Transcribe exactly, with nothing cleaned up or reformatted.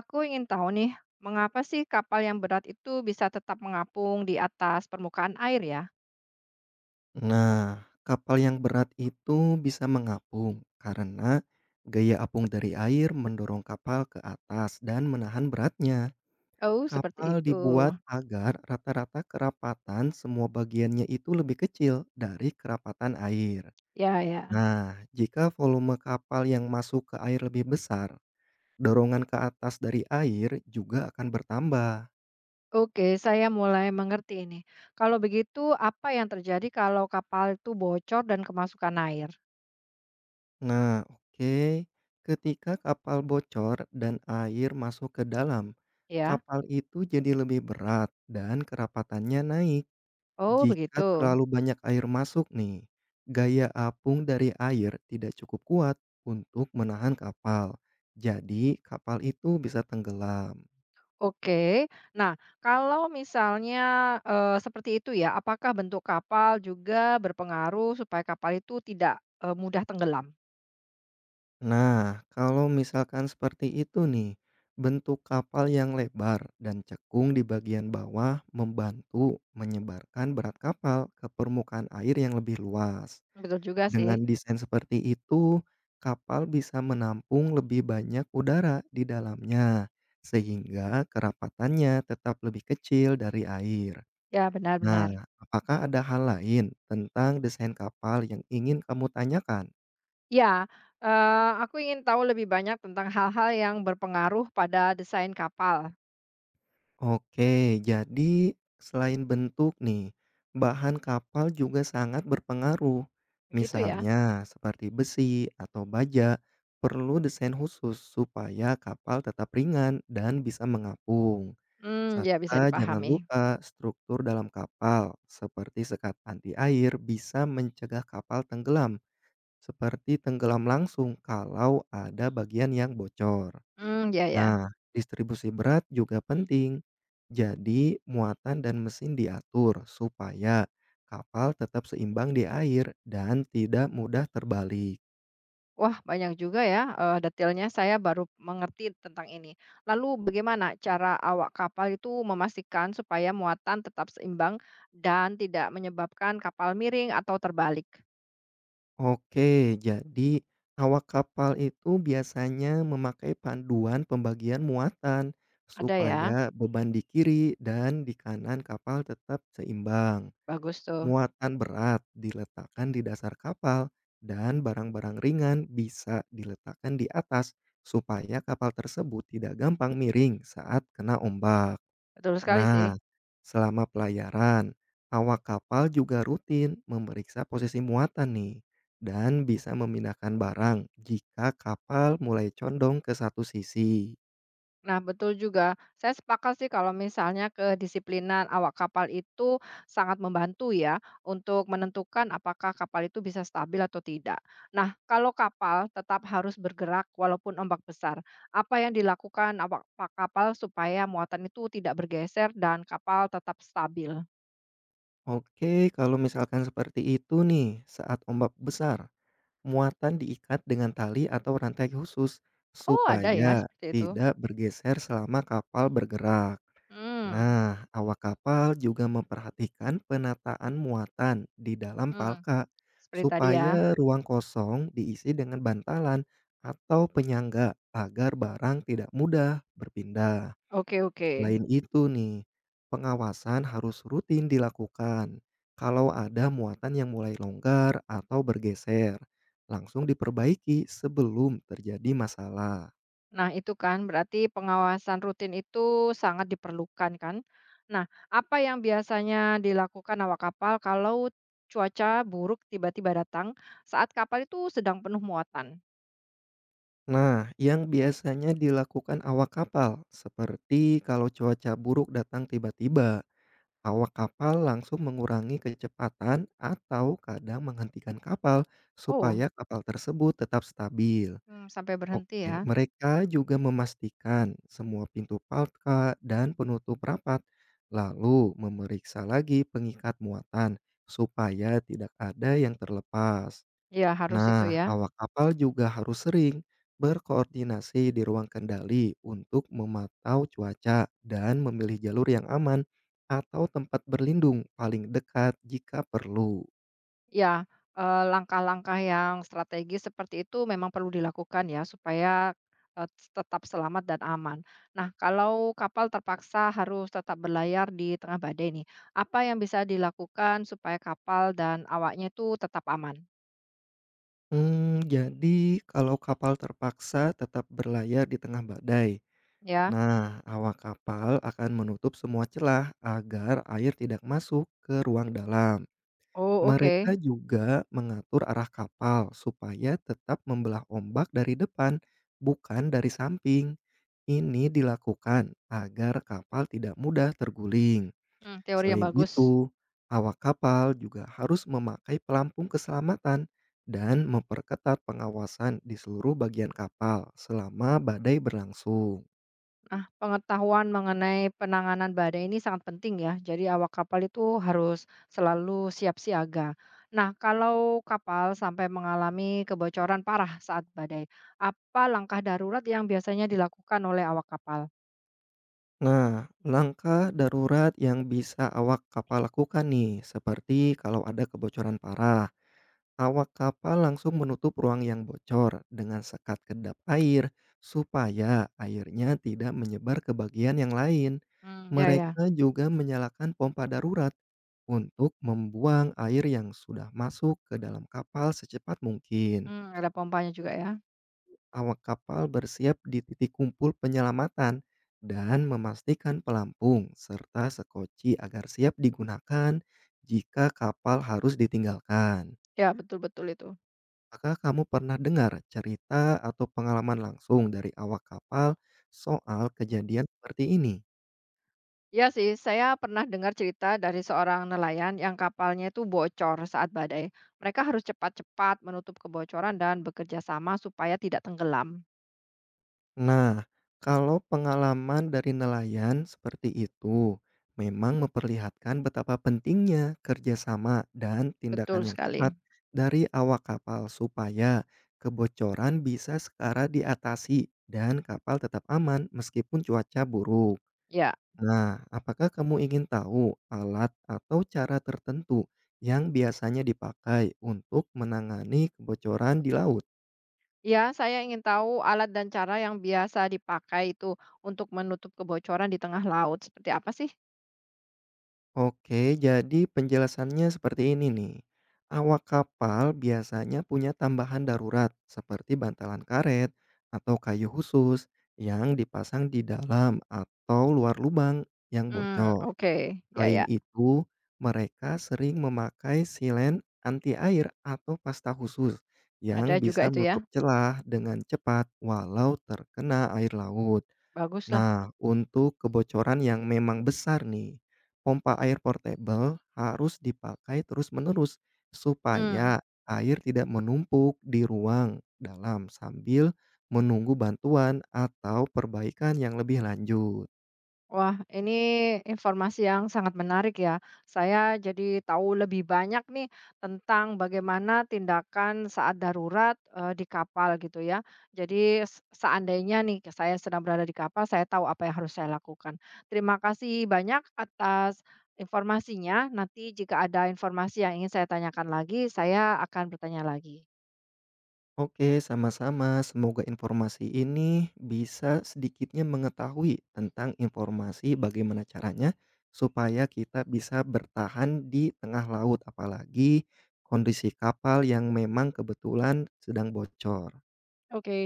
Aku ingin tahu nih, mengapa sih kapal yang berat itu bisa tetap mengapung di atas permukaan air ya? Nah, kapal yang berat itu bisa mengapung karena gaya apung dari air mendorong kapal ke atas dan menahan beratnya. Oh, seperti Kapal itu. dibuat agar rata-rata kerapatan semua bagiannya itu lebih kecil dari kerapatan air. Ya, ya. Nah, jika volume kapal yang masuk ke air lebih besar, dorongan ke atas dari air juga akan bertambah. Oke, saya mulai mengerti ini. Kalau begitu, apa yang terjadi kalau kapal itu bocor dan kemasukan air? Nah, oke. Ketika kapal bocor dan air masuk ke dalam, Ya. kapal itu jadi lebih berat dan kerapatannya naik. Oh, Jika begitu. terlalu banyak air masuk nih, gaya apung dari air tidak cukup kuat untuk menahan kapal. Jadi, kapal itu bisa tenggelam. Oke. Nah, kalau misalnya eh, seperti itu ya, apakah bentuk kapal juga berpengaruh supaya kapal itu tidak eh, mudah tenggelam? Nah, kalau misalkan seperti itu nih, bentuk kapal yang lebar dan cekung di bagian bawah membantu menyebarkan berat kapal ke permukaan air yang lebih luas. Betul juga sih. Dengan desain seperti itu, kapal bisa menampung lebih banyak udara di dalamnya, sehingga kerapatannya tetap lebih kecil dari air. Ya, Nah, benar-benar. apakah ada hal lain tentang desain kapal yang ingin kamu tanyakan? Ya, eee, aku ingin tahu lebih banyak tentang hal-hal yang berpengaruh pada desain kapal, Oke, jadi selain bentuk nih, bahan kapal juga sangat berpengaruh. begitu ya? Misalnya seperti besi atau baja, perlu desain khusus supaya kapal tetap ringan dan bisa mengapung. Hmm, ya bisa Serta jangan dipahami. lupa struktur dalam kapal, seperti sekat anti air bisa mencegah kapal tenggelam, seperti tenggelam langsung kalau ada bagian yang bocor. Hmm, ya ya. Nah, distribusi berat juga penting. Jadi, muatan dan mesin diatur supaya kapal tetap seimbang di air dan tidak mudah terbalik. Wah, banyak juga ya, eee, detailnya saya baru mengerti tentang ini. Lalu bagaimana cara awak kapal itu memastikan supaya muatan tetap seimbang dan tidak menyebabkan kapal miring atau terbalik? Oke, jadi awak kapal itu biasanya memakai panduan pembagian muatan Ada ya? supaya beban di kiri dan di kanan kapal tetap seimbang. Bagus tuh. Muatan berat diletakkan di dasar kapal dan barang-barang ringan bisa diletakkan di atas supaya kapal tersebut tidak gampang miring saat kena ombak. Betul sekali sih. Nah, selama pelayaran, awak kapal juga rutin memeriksa posisi muatan nih dan bisa memindahkan barang jika kapal mulai condong ke satu sisi. Nah, betul juga. Saya sepakat sih kalau misalnya kedisiplinan awak kapal itu sangat membantu ya untuk menentukan apakah kapal itu bisa stabil atau tidak. Nah, kalau kapal tetap harus bergerak walaupun ombak besar, apa yang dilakukan awak pa- kapal supaya muatan itu tidak bergeser dan kapal tetap stabil? Oke, kalau misalkan seperti itu nih saat ombak besar, muatan diikat dengan tali atau rantai khusus, Oh, ada ya supaya seperti itu. tidak bergeser selama kapal bergerak. Hmm, Nah, awak kapal juga memperhatikan penataan muatan di dalam hmm, palka, seperti tadi ya. supaya ruang kosong diisi dengan bantalan atau penyangga agar barang tidak mudah berpindah. Oke, oke. Selain itu nih, pengawasan harus rutin dilakukan. Kalau ada muatan yang mulai longgar atau bergeser, langsung diperbaiki sebelum terjadi masalah. Nah, itu kan berarti pengawasan rutin itu sangat diperlukan kan? Nah, apa yang biasanya dilakukan awak kapal kalau cuaca buruk tiba-tiba datang saat kapal itu sedang penuh muatan? Nah, yang biasanya dilakukan awak kapal, seperti kalau cuaca buruk datang tiba-tiba, awak kapal langsung mengurangi kecepatan atau kadang menghentikan kapal Oh, supaya kapal tersebut tetap stabil. hmm, sampai berhenti Oke, ya. mereka juga memastikan semua pintu palka dan penutup rapat, lalu memeriksa lagi pengikat muatan supaya tidak ada yang terlepas. Ya, harus itu Nah, ya. awak kapal juga harus sering berkoordinasi di ruang kendali untuk memantau cuaca dan memilih jalur yang aman atau tempat berlindung paling dekat jika perlu. Ya, eee, langkah-langkah yang strategis seperti itu memang perlu dilakukan ya supaya, eee, tetap selamat dan aman. Nah, kalau kapal terpaksa harus tetap berlayar di tengah badai nih, apa yang bisa dilakukan supaya kapal dan awaknya itu tetap aman? Mmm, jadi kalau kapal terpaksa tetap berlayar di tengah badai. Ya. Nah, awak kapal akan menutup semua celah agar air tidak masuk ke ruang dalam. Oh, oke. Mereka juga mengatur arah kapal supaya tetap membelah ombak dari depan, bukan dari samping. Ini dilakukan agar kapal tidak mudah terguling. Mmm, teori yang Selain bagus. itu, awak kapal juga harus memakai pelampung keselamatan dan memperketat pengawasan di seluruh bagian kapal selama badai berlangsung. Ah, pengetahuan mengenai penanganan badai ini sangat penting ya. Jadi awak kapal itu harus selalu siap siaga. Nah, kalau kapal sampai mengalami kebocoran parah saat badai, apa langkah darurat yang biasanya dilakukan oleh awak kapal? Nah, langkah darurat yang bisa awak kapal lakukan nih, seperti kalau ada kebocoran parah, awak kapal langsung menutup ruang yang bocor dengan sekat kedap air supaya airnya tidak menyebar ke bagian yang lain. Hmm, ya ya. Mereka juga menyalakan pompa darurat untuk membuang air yang sudah masuk ke dalam kapal secepat mungkin. Hmm, ada pompanya juga ya. Awak kapal bersiap di titik kumpul penyelamatan dan memastikan pelampung serta sekoci agar siap digunakan jika kapal harus ditinggalkan. Ya, betul-betul itu. Apakah kamu pernah dengar cerita atau pengalaman langsung dari awak kapal soal kejadian seperti ini? Ya sih, saya pernah dengar cerita dari seorang nelayan yang kapalnya itu bocor saat badai. Mereka harus cepat-cepat menutup kebocoran dan bekerja sama supaya tidak tenggelam. Nah, kalau pengalaman dari nelayan seperti itu memang memperlihatkan betapa pentingnya kerjasama dan Betul tindakan yang sekali. cepat dari awak kapal supaya kebocoran bisa sekara diatasi dan kapal tetap aman meskipun cuaca buruk. Ya. Nah, apakah kamu ingin tahu alat atau cara tertentu yang biasanya dipakai untuk menangani kebocoran di laut? Ya, saya ingin tahu alat dan cara yang biasa dipakai itu untuk menutup kebocoran di tengah laut seperti apa sih? Oke, jadi penjelasannya seperti ini nih. Awak kapal biasanya punya tambahan darurat seperti bantalan karet atau kayu khusus yang dipasang di dalam atau luar lubang yang Mmm, bocor. oke. Ya Selain ya. itu, mereka sering memakai silen anti-air atau pasta khusus Ada yang juga bisa itu ya. menutup celah dengan cepat walau terkena air laut. Baguslah. Nah, untuk kebocoran yang memang besar nih, pompa air portable harus dipakai terus-menerus Mmm. supaya air tidak menumpuk di ruang dalam sambil menunggu bantuan atau perbaikan yang lebih lanjut. Wah, ini informasi yang sangat menarik ya. Saya jadi tahu lebih banyak nih tentang bagaimana tindakan saat darurat eh, di kapal gitu ya. Jadi s- seandainya nih saya sedang berada di kapal, saya tahu apa yang harus saya lakukan. Terima kasih banyak atas informasinya. Nanti jika ada informasi yang ingin saya tanyakan lagi, saya akan bertanya lagi. Oke, sama-sama. Semoga informasi ini bisa sedikitnya mengetahui tentang informasi bagaimana caranya supaya kita bisa bertahan di tengah laut, apalagi kondisi kapal yang memang kebetulan sedang bocor. Oke.